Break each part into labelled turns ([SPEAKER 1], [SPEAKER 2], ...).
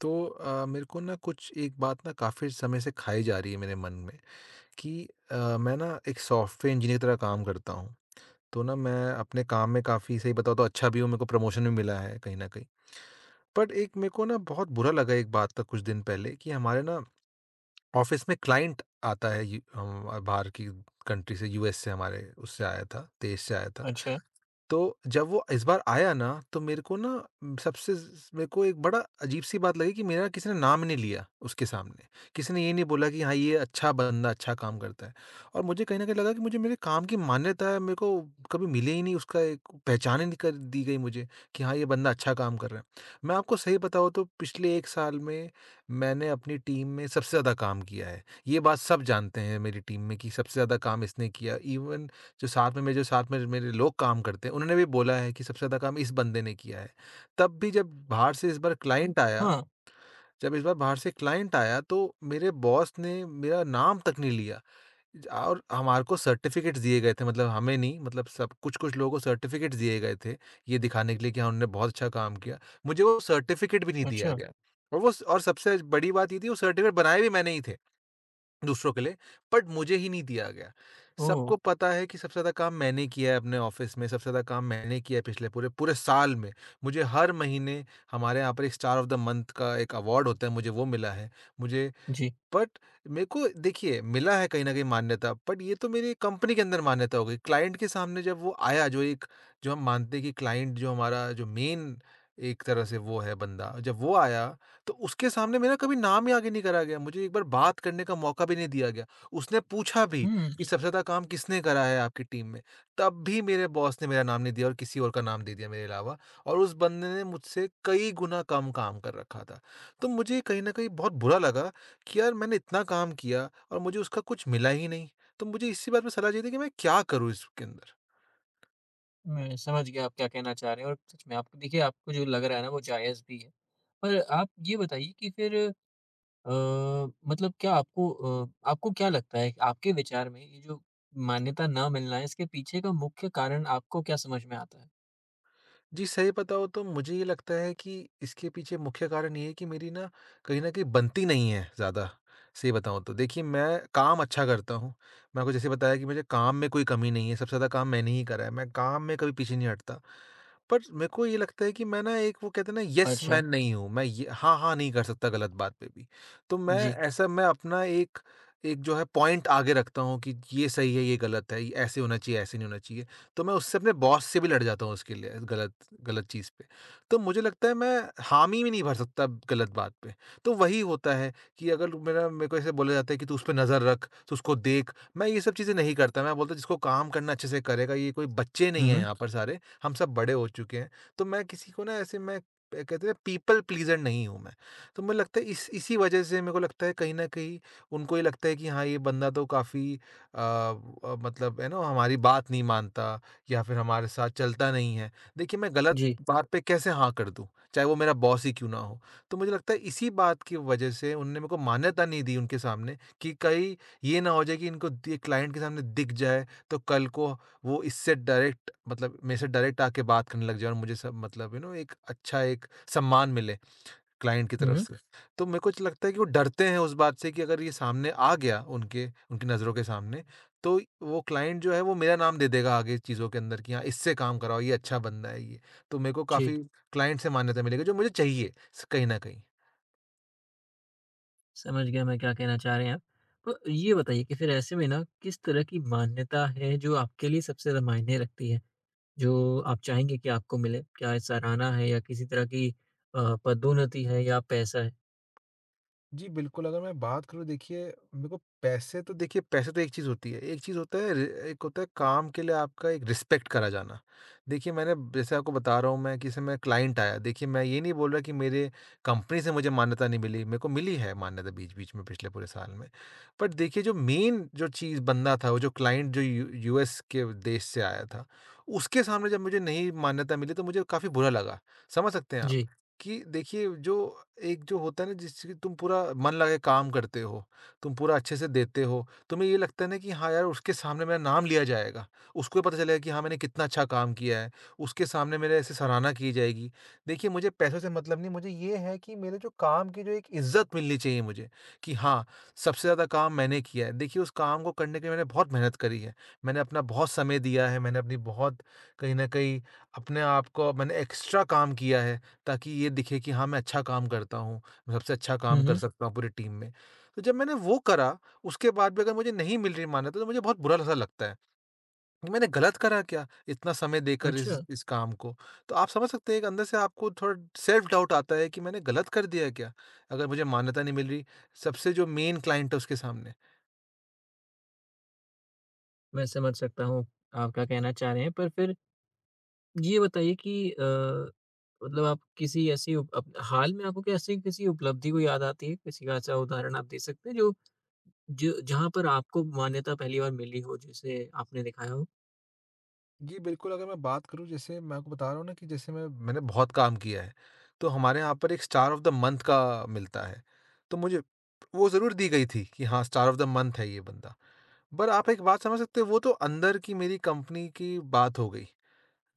[SPEAKER 1] तो मेरे को ना कुछ एक बात ना काफ़ी समय से खाई जा रही है मेरे मन में कि मैं ना एक सॉफ्टवेयर इंजीनियर की तरह काम करता हूँ। तो ना मैं अपने काम में काफ़ी, सही बताऊँ तो अच्छा भी हूँ, मेरे को प्रमोशन भी मिला है कहीं न कहीं। बट एक मेरे को ना बहुत बुरा लगा एक बात का कुछ दिन पहले, कि हमारे ना ऑफ़िस में क्लाइंट आता है बाहर की कंट्री से, यूएस से, हमारे उससे आया था, देश से आया था।
[SPEAKER 2] अच्छा।
[SPEAKER 1] तो जब वो इस बार आया ना, तो मेरे को ना सबसे ज़ मेरे को एक बड़ा अजीब-सी बात लगी कि मेरा किसी ने नाम नहीं लिया उसके सामने। किसी ने ये नहीं बोला कि हाँ, ये अच्छा बंदा अच्छा काम करता है, और मुझे कहीं न कहीं लगा कि मुझे मेरे काम की मान्यता है, मेरे को कभी मिले ही नहीं, उसका एक पहचान ही नहीं कर दी गई मुझे कि हाँ, ये बंदा अच्छा काम कर रहा है। मैं आपको सही बताऊँ तो पिछले एक साल में मैंने अपनी टीम में सबसे ज़्यादा काम किया है। ये बात सब जानते हैं मेरी टीम में, कि सबसे ज़्यादा काम इसने किया। इवन जो साथ में मेरे लोग काम करते हैं, उन्होंने भी बोला है कि सबसे ज़्यादा काम इस बंदे ने किया है। तब भी जब बाहर से इस बार क्लाइंट आया,
[SPEAKER 2] हाँ।
[SPEAKER 1] जब इस बार बाहर से क्लाइंट आया, तो मेरे बॉस ने मेरा नाम तक नहीं लिया। ज और हमारे को सर्टिफ़िकेट्स दिए गए थे, मतलब हमें नहीं, मतलब सब कुछ-कुछ लोगों को सर्टिफ़िकेट्स दिए गए थे, ये दिखाने के लिए कि हाँ, उन्होंने बहुत अच्छा काम किया। मुझे वो सर्टिफ़िकेट भी नहीं दिया
[SPEAKER 2] अच्छा।
[SPEAKER 1] गया। और वो स और सबसे बड़ी बात ये थी, वो सर्टिफ़िकेट बनाए भी मैंने ही थे, दूसरों के लिए, बट मुझे ही नहीं दिया गया।
[SPEAKER 2] ओह!
[SPEAKER 1] सबको पता है कि सबसे ज़्यादा काम मैंने किया है अपने ऑफ़िस में, सबसे ज़्यादा काम मैंने किया है पिछले पूरे पूरे साल में। मुझे हर महीने, हमारे यहाँ पर एक स्टार ऑफ़ द मंथ का एक अवार्ड होता है, मुझे वो मिला है। मुझे
[SPEAKER 2] जी।
[SPEAKER 1] बट मेरे को, देखिए, मिला है कहीं न कहीं मान्यता, बट ये तो मेरी कंपनी के अंदर मान्यता हो गई। क्लाइंट के सामने जब वो आया, जो हम मानते हैं कि क्लाइंट, जो हमारा जो मेन एक तरह से वो है बंदा, जब वो आया तो उसके सामने मेरा कभी नाम ही आगे नहीं करा गया। मुझे एक बार बात करने का मौका भी नहीं दिया गया। उसने पूछा भी
[SPEAKER 2] हुँ।
[SPEAKER 1] कि सबसे ज़्यादा काम किसने करा है आपकी टीम में? तब भी मेरे बॉस ने मेरा नाम नहीं दिया और किसी और का नाम दे दिया मेरे अलावा, और उस बंदे ने मुझसे कई गुना कम काम कर रखा था। तो मुझे कहीं न कहीं बहुत बुरा लगा कि यार, मैंने इतना काम किया और मुझे उसका कुछ मिला ही नहीं। तो मुझे इसी बात में सलाह चाहिए थी कि मैं क्या करूँ इसके अंदर?
[SPEAKER 2] मैं समझ गया आप क्या कहना चाह रहे हैं, और सच में, आपको देखिए, आपको जो लग रहा है ना वो जायज़ भी है। पर आप ये बताइए कि फिर अ, मतलब आपको क्या लगता है, आपके विचार में ये जो मान्यता ना मिलना है, इसके पीछे का मुख्य कारण आपको क्या समझ में आता है?
[SPEAKER 1] जी, सही बताऊँ तो मुझे ये लगता है कि इसके पीछे मुख्य कारण ये है कि मेरी ना कहीं न कहीं बनती नहीं है ज़्यादा, सही बताऊँ तो। देखिए, मैं काम अच्छा करता हूँ, मैं आपको जैसे बताया कि मुझे काम में कोई कमी नहीं है, सबसे ज़्यादा काम मैंने ही करा है, मैं काम में कभी पीछे नहीं हटता। पर मेरे को ये लगता है कि मैं ना, एक वो कहते हैं ना, येस
[SPEAKER 2] अच्छा।
[SPEAKER 1] मैन नहीं हूँ, मैं ये हाँ-हाँ नहीं कर सकता गलत बात पे भी। तो मैं,
[SPEAKER 2] जी।
[SPEAKER 1] ऐसा मैं अपना एक एक जो है पॉइंट आगे रखता हूँ कि ये सही है, ये गलत है, ये ऐसे होना चाहिए, ऐसे नहीं होना चाहिए। तो मैं उससे, अपने बॉस से भी लड़ जाता हूँ उसके लिए, गलत गलत चीज़ पे। तो मुझे लगता है मैं हामी भी नहीं भर सकता गलत बात पे। तो वही होता है कि अगर मेरा मेरे को ऐसे बोला जाता है कि तू उस पे नज़र रख, तू उसको देख, मैं ये सब चीज़ें नहीं करता। मैं बोलता हूँ जिसको काम करना अच्छे से करेगा, ये कोई बच्चे नहीं हैं
[SPEAKER 2] हुँ।
[SPEAKER 1] यहाँ पर सारे, हम सब बड़े हो चुके हैं। तो मैं किसी को ना ऐसे, मैं कहते हैं पीपल प्लीज़र नहीं हूँ मैं। तो मुझे लगता है इस इसी वज़ह से, मेरे को लगता है कहीं न कहीं उनको ये लगता है कि हाँ, ये बंदा तो काफ़ी मतलब हमारी बात नहीं मानता, या फिर हमारे साथ चलता नहीं है। देखिए, मैं गलत
[SPEAKER 2] जी।
[SPEAKER 1] बात पे कैसे हाँ कर दूँ? चाहे वो मेरा बॉस ही क्यों ना हो? तो मुझे लगता है इसी बात की वजह से उन्होंने मेरे को मान्यता नहीं दी उनके सामने, कि कहीं ये ना हो जाए कि इनको दि क्लाइंट के सामने दिख जाए, तो कल को वो इससे डायरेक्ट, मतलब मेरे से डायरेक्ट आके बात करने लग जाए और मुझे सब, मतलब एक सम्मान मिले, क्लाइंट की तरफ
[SPEAKER 2] हुँ।
[SPEAKER 1] से। तो मेरे को च लगता है कि वो डरते हैं उस बात से कि अगर ये सामने आ गया उनके उनकी नज़रों के सामने, तो वो क्लाइंट जो है, वो मेरा नाम दे देगा आगे चीज़ों के अंदर कि हाँ, इससे काम कराओ, ये अच्छा बंदा है ये। तो मेरे को
[SPEAKER 2] जी।
[SPEAKER 1] काफ़ी क्लाइंट से मान्यता मिलेगी, जो मुझे चाहिए स कहीं न कहीं।
[SPEAKER 2] समझ गया मैं क्या कहना चाह रहे हैं आप। तो ये बताइए कि फिर ऐसे में ना, किस तरह की मान्यता है जो आपके लिए सबसे ज़्यादा मायने रखती है? जो आप चाहेंगे कि आपको मिले? क्या सराहना है, या किसी तरह की पदोन्नति है, या पैसा है?
[SPEAKER 1] जी, बिल्कुल, अगर मैं बात करूँ, देखिए, मेरे को पैसे तो, देखिए पैसे तो एक चीज़ होती है, एक चीज़ होता है रि एक होता है काम के लिए आपका एक रिस्पेक्ट करा जाना। देखिए, मैंने जैसे आपको बता रहा हूँ मैं, कि जैसे मेरा क्लाइंट आया, देखिए मैं ये नहीं बोल रहा कि मेरे कंपनी से मुझे मान्यता नहीं मिली, मेरे को मिली है मान्यता बीच-बीच में पिछले पूरे साल में। बट देखिए, जो मेन जो चीज़ बंदा था, वो जो क्लाइंट, जो यू यूएस के देश से आया था, उसके सामने जब मुझे नहीं मान्यता मिली तो मुझे काफ़ी बुरा लगा, समझ सकते हैं आप?
[SPEAKER 2] जी।
[SPEAKER 1] कि देखिए जो एक जो होता है ना, जिससे तुम पूरा मन लगा के काम करते हो, तुम पूरा अच्छे से देते हो, तुम्हें ये लगता है ना कि हाँ यार, उसके सामने मेरा नाम लिया जाएगा, उसको ये पता चलेगा कि हाँ, मैंने कितना अच्छा काम किया है, उसके सामने मेरे ऐसे सराहना की जाएगी। देखिए, मुझे पैसों से मतलब नहीं, मुझे ये है कि मेरे जो काम की जो एक इज़्ज़त मिलनी चाहिए मुझे, कि हाँ, सबसे ज़्यादा काम मैंने किया है। देखिए उस काम को करने के लिए मैंने बहुत मेहनत करी है, मैंने अपना बहुत समय दिया है, मैंने अपनी बहुत, कहीं न कहीं, अपने आप को मैंने एक्स्ट्रा काम किया है, ताकि ये दिखे कि हाँ, मैं अच्छा काम करता हूँ, मैं सबसे अच्छा काम
[SPEAKER 2] हुँ,
[SPEAKER 1] कर
[SPEAKER 2] हुँ।
[SPEAKER 1] सकता हूँ पूरी टीम में। तो जब मैंने वो करा, उसके बाद भी अगर मुझे नहीं मिल रही मान्यता, तो मुझे बहुत बुरा-सा लगता है कि मैंने गलत करा क्या, इतना समय देकर
[SPEAKER 2] अच्छा।
[SPEAKER 1] इस काम को। तो आप समझ सकते हैं कि अंदर से आपको थोड़ा सेल्फ डाउट आता है कि मैंने गलत कर दिया क्या, अगर मुझे मान्यता नहीं मिल रही सबसे जो मेन क्लाइंट है उसके सामने।
[SPEAKER 2] मैं समझ सकता हूँ आप क्या कहना चाह रहे हैं। पर फिर ये बताइए कि मतलब आप किसी ऐसी उप अप हाल में आपको क्या, ऐसी किसी उपलब्धि को याद आती है? किसी का ऐसा उदाहरण आप दे सकते हैं जो ज जहाँ पर आपको मान्यता पहली बार मिली हो, जिसे आपने दिखाया हो?
[SPEAKER 1] जी, बिल्कुल, अगर मैं बात करूँ, जैसे मैं आपको बता रहा हूँ ना, कि जैसे मैंने बहुत काम किया है, तो हमारे यहाँ पर एक स्टार ऑफ़ द मंथ का मिलता है, तो मुझे वो ज़रूर दी गई थी कि हाँ, स्टार ऑफ़ द मंथ है ये बंदा। पर आप एक बात समझ सकते हो, वो तो अंदर की, मेरी कंपनी की बात हो गई,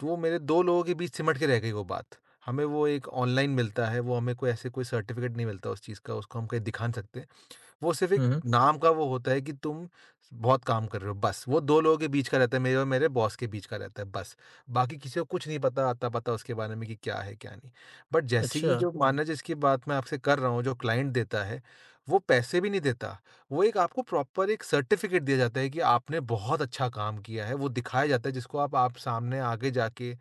[SPEAKER 1] तो वो मेरे दो लोगों के बीच सिमट के रह गई वो बात। हमें वो एक ऑनलाइन मिलता है, वो हमें कोई ऐसे कोई सर्टिफ़िकेट नहीं मिलता उस चीज़ का, उसको हम कहीं दिखा नहीं सकते। वो सिर्फ एक
[SPEAKER 2] हुँ, हुँ।
[SPEAKER 1] नाम का वो होता है कि तुम बहुत काम कर रहे हो, बस वो दो लोगों के बीच का रहता है, मेरे और मेरे बॉस के बीच का रहता है बस, बाकी किसी को कुछ नहीं पता आता, पता उसके बारे में कि क्या है क्या नहीं। बट जैसे ही
[SPEAKER 2] अच्छा।
[SPEAKER 1] जो अच्छा माना, जिसकी बात मैं आपसे कर रहा हूँ, जो क्लाइंट देता है, वो पैसे भी नहीं देता, वो एक आपको प्रॉपर एक सर्टिफिकेट दिया जाता है कि आपने बहुत अच्छा काम किया है, वो दिखाया जाता है, जिसको आप सामने आगे जाके,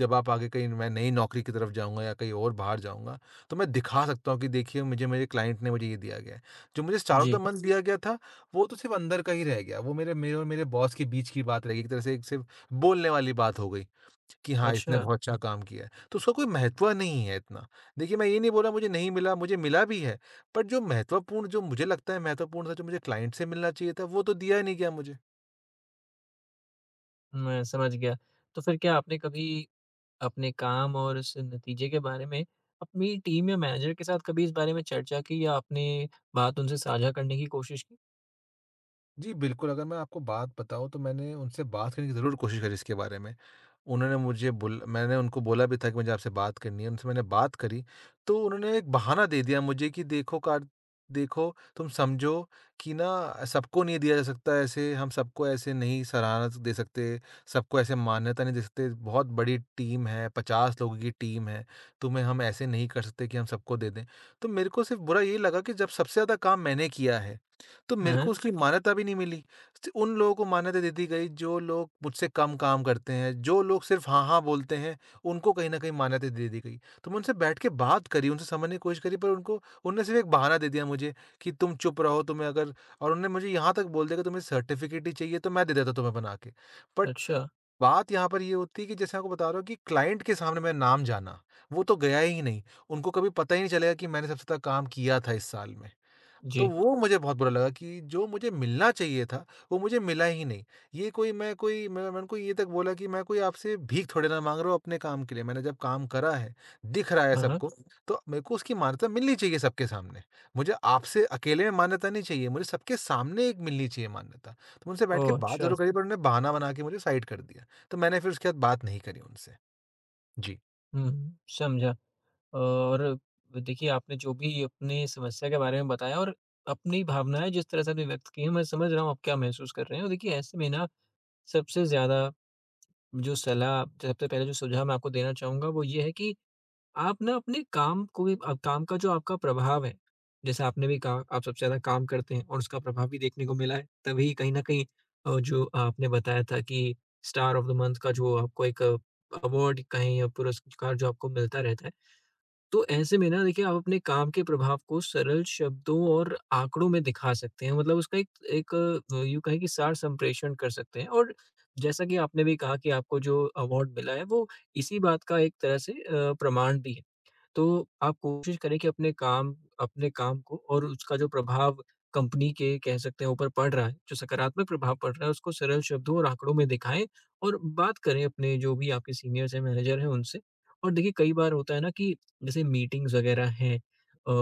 [SPEAKER 1] जब आप आगे कहीं, मैं नई नौकरी की तरफ जाऊंगा या कहीं और बाहर जाऊंगा, तो मैं दिखा सकता हूँ कि देखिए, मुझे मेरे क्लाइंट ने मुझे ये दिया गया है, जो मुझे स्टार ऑफ द
[SPEAKER 2] जी।
[SPEAKER 1] मंथ दिया गया था, वो तो सिर्फ़ अंदर का ही रह गया। वो मेरे मेरे और मेरे बॉस के बीच की बात रह गई, एक तरह से एक सिर्फ़ बोलने वाली बात हो गई कि हाँ, इसने
[SPEAKER 2] अच्छा,
[SPEAKER 1] बहुत अच्छा काम किया है। तो उसका कोई महत्व नहीं है इतना। देखिए, मैं ये नहीं बोल रहा मुझे नहीं मिला, मुझे मिला भी है। बट जो मुझे लगता है महत्वपूर्ण था, जो मुझे क्लाइंट से मिलना चाहिए था, वो तो दिया ही नहीं गया मुझे।
[SPEAKER 2] मैं समझ गया। तो फिर क्या आपने कभी अपने काम और उस नतीजे के बारे में अपनी टीम या मैनेजर के साथ कभी इस बारे में चर्चा की, या अपनी बात उनसे साझा करने की कोशिश की?
[SPEAKER 1] जी, बिल्कुल, अगर मैं आपको बात बताऊँ तो मैंने उनसे बात करने की ज़रूर कोशिश करी इसके बारे में। उन्होंने मुझे बोल मैंने उनको बोला भी था कि मुझे आपसे बात करनी है, उनसे मैंने बात करी, तो उन्होंने एक बहाना दे दिया मुझे कि देखो, तुम समझो कि ना, सबको नहीं दिया जा सकता ऐसे, हम सबको ऐसे नहीं सराहना दे सकते, सबको ऐसे मान्यता नहीं दे सकते, बहुत बड़ी टीम है, 50 लोगों की टीम है, तुम्हें हम ऐसे नहीं कर सकते कि हम सबको दे दें। तो मेरे को सिर्फ़ बुरा ये लगा कि जब सबसे ज़्यादा काम मैंने किया है, तो
[SPEAKER 2] हाँ,
[SPEAKER 1] मेरे को
[SPEAKER 2] हाँ।
[SPEAKER 1] उसकी मान्यता भी नहीं मिली। स उन लोगों को मान्यता दे दी गई जो लोग मुझसे कम काम करते हैं, जो लोग सिर्फ़ हाँ, हाँ बोलते हैं, उनको कहीं न कहीं मान्यता दे दी गई। तो मैं उनसे बैठ के बात करी, उनसे समझने की कोशिश करी, पर उनको उनने सिर्फ़ एक बहाना दे दिया मुझे कि तुम चुप रहो, तुम्हें अगर और उन्होंने मुझे यहाँ तक बोल दिया कि तुम्हें सर्टिफ़िकेट ही चाहिए तो मैं दे देता तुम्हें बना के। बट
[SPEAKER 2] अच्छा।
[SPEAKER 1] बात यहाँ पर ये होती है कि जैसे आपको बता रहा हूँ, कि क्लाइंट के सामने मेरा नाम जाना, वो तो गया ही नहीं। उनको कभी पता ही नहीं चलेगा कि मैंने सबसे ज़्यादा काम किया था इस साल में। तो
[SPEAKER 2] जी।
[SPEAKER 1] वो मुझे बहुत बुरा लगा कि जो मुझे मिलना चाहिए था, वो मुझे मिला ही नहीं। ये कोई मैं मैंने उनको ये तक बोला कि मैं कोई आपसे भीख थोड़ी ना माँग रहा हूँ अपने काम के लिए। मैंने जब काम करा है, दिख रहा है
[SPEAKER 2] हाँ, हाँ।
[SPEAKER 1] सबको, तो मेरे को उसकी मान्यता मिलनी चाहिए सबके सामने। मुझे आपसे अकेले में मान्यता नहीं चाहिए, मुझे सबके सामने एक मिलनी चाहिए मान्यता। तो मैं उनसे बैठ के
[SPEAKER 2] ओह!
[SPEAKER 1] बात
[SPEAKER 2] अच्छा।
[SPEAKER 1] ज़रूर करी, पर उन्होंने बहाना बना के मुझे साइड कर दिया। तो मैंने फिर उसके बाद बात नहीं करी उनसे। जी।
[SPEAKER 2] हुँ, समझा। और देखिए, आपने जो भी अपनी समस्या के बारे में बताया और अपनी भावनाएँ जिस तरह से आपने व्यक्त की हैं, मैं समझ रहा हूँ आप क्या महसूस कर रहे हैं। और देखिए, ऐसे में ना, सबसे ज़्यादा जो सलाह, सबसे पहले जो सुझाव मैं आपको देना चाहूँगा वो ये है कि आप ना अपने काम को भी, काम का जो आपका प्रभाव है, जैसे आपने भी कहा आप सबसे ज़्यादा काम करते हैं, और उसका प्रभाव भी देखने को मिला है। तभी कहीं न कहीं जो आपने बताया था कि स्टार ऑफ द मंथ का जो आपको एक अवार्ड कहें या पुरस्कार जो आपको मिलता रहता है। तो ऐसे में ना देखिए, आप अपने काम के प्रभाव को सरल शब्दों और आंकड़ों में दिखा सकते हैं। मतलब उसका एक एक, यूँ कहें कि सार संप्रेषण कर सकते हैं, और जैसा कि आपने भी कहा कि आपको जो अवार्ड मिला है वो इसी बात का एक तरह से प्रमाण भी है। तो आप कोशिश करें कि अपने काम को, और उसका जो प्रभाव कंपनी के कह सकते हैं ऊपर पड़ रहा है, जो सकारात्मक प्रभाव पड़ रहा है, उसको सरल शब्दों और आंकड़ों में दिखाएँ, और बात करें अपने जो भी आपके सीनियर्स हैं, मैनेजर हैं, उनसे। और देखिए, कई बार होता है ना कि जैसे मीटिंग्स वगैरह हैं,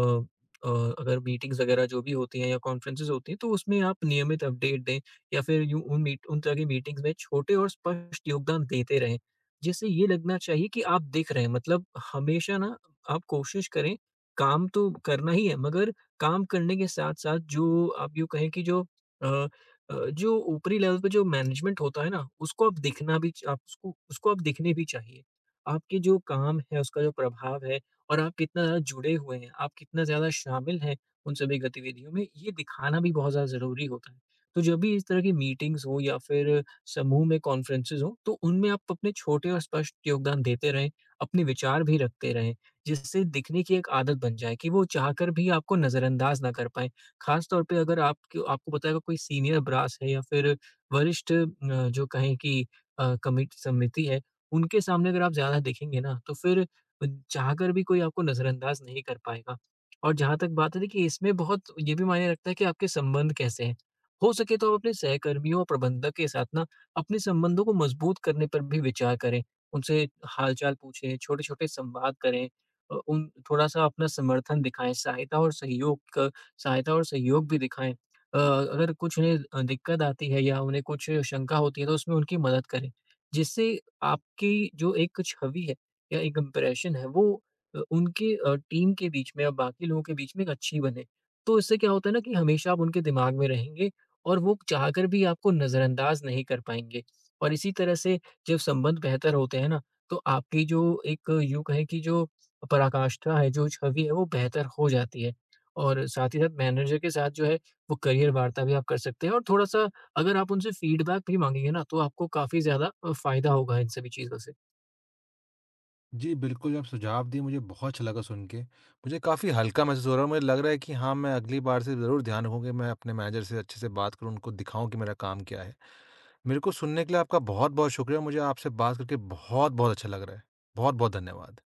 [SPEAKER 2] अ, अगर मीटिंग्स वगैरह जो भी होती हैं या कॉन्फ्रेंसेस होती हैं, तो उसमें आप नियमित अपडेट दें, या फिर यूँ उन तरह की मीटिंग्स में छोटे और स्पष्ट योगदान देते रहें। जिससे ये लगना चाहिए कि आप दिख रहे हैं, मतलब हमेशा ना आप कोशिश करें, काम तो करना ही है, मगर काम करने के साथ-साथ जो आप यूँ कहें कि जो अ जो ऊपरी लेवल पे जो मैनेजमेंट होता है ना, उसको आप दिखना भी च आप उसको उसको आप दिखने भी चाहिए। आपके जो काम है, उसका जो प्रभाव है, और आप कितना ज़्यादा जुड़े हुए हैं, आप कितना ज़्यादा शामिल हैं उन सभी गतिविधियों में, ये दिखाना भी बहुत ज़्यादा ज़रूरी होता है। तो जब भी इस तरह की मीटिंग्स हो या फिर समूह में कॉन्फ्रेंसेज़ हों, तो उनमें आप अपने छोटे और स्पष्ट योगदान देते रहें, अपने विचार भी रखते रहें। जिससे दिखने की एक आदत बन जाए कि वो चाहकर भी आपको नज़रअंदाज ना कर पाएँ। ख़ास तौर पे अगर आपके आपको पता है कोई सीनियर ब्रास है, या फिर वरिष्ठ जो कहें कि कमिट समिति है, उनके सामने अगर आप ज़्यादा दिखेंगे ना तो फिर चाहकर भी कोई आपको नज़रअंदाज नहीं कर पाएगा। और जहाँ तक बात है, देखिए इसमें बहुत ये भी मायने रखता है कि आपके संबंध कैसे हैं। हो सके तो आप अपने सहकर्मियों और प्रबंधक के साथ ना अपने संबंधों को मज़बूत करने पर भी विचार करें। उनसे हाल-चाल पूछें, छोटे-छोटे संवाद करें, उन थोड़ा-सा अपना समर्थन दिखाएँ, सहायता और सहयोग भी दिखाएँ। अगर कुछ उन्हें दिक्कत आती है या उन्हें कुछ शंका होती है, तो उसमें उनकी मदद करें। जिससे आपकी जो एक छवि है या एक इम्प्रेशन है, वो उनके टीम के बीच में या बाकी लोगों के बीच में एक अच्छी बने। तो इससे क्या होता है ना कि हमेशा आप उनके दिमाग में रहेंगे, और वो चाहकर भी आपको नज़रअंदाज नहीं कर पाएँगे। और इसी तरह से, जब संबंध बेहतर होते हैं ना, तो आपकी जो एक, यूँ कहें कि जो पराकाष्ठा है, जो छवि है, वो बेहतर हो जाती है। और साथ ही साथ मैनेजर के साथ जो है वो करियर वार्ता भी आप कर सकते हैं, और थोड़ा-सा अगर आप उनसे फीडबैक भी माँगेंगे ना तो आपको काफ़ी ज़्यादा फ़ायदा होगा इन सभी चीज़ों से।
[SPEAKER 1] जी, बिल्कुल, जो आप सुझाव दिए मुझे बहुत अच्छा लगा सुन के। मुझे काफ़ी हल्का महसूस हो रहा है और मुझे लग रहा है कि हाँ, मैं अगली बार से ज़रूर ध्यान रखूँ कि मैं अपने मैनेजर से अच्छे से बात करूँ, उनको दिखाऊँ कि मेरा काम क्या है। मेरे को सुनने के लिए आपका बहुत-बहुत शुक्रिया। मुझे आपसे बात करके बहुत-बहुत अच्छा लग रहा है। बहुत-बहुत धन्यवाद।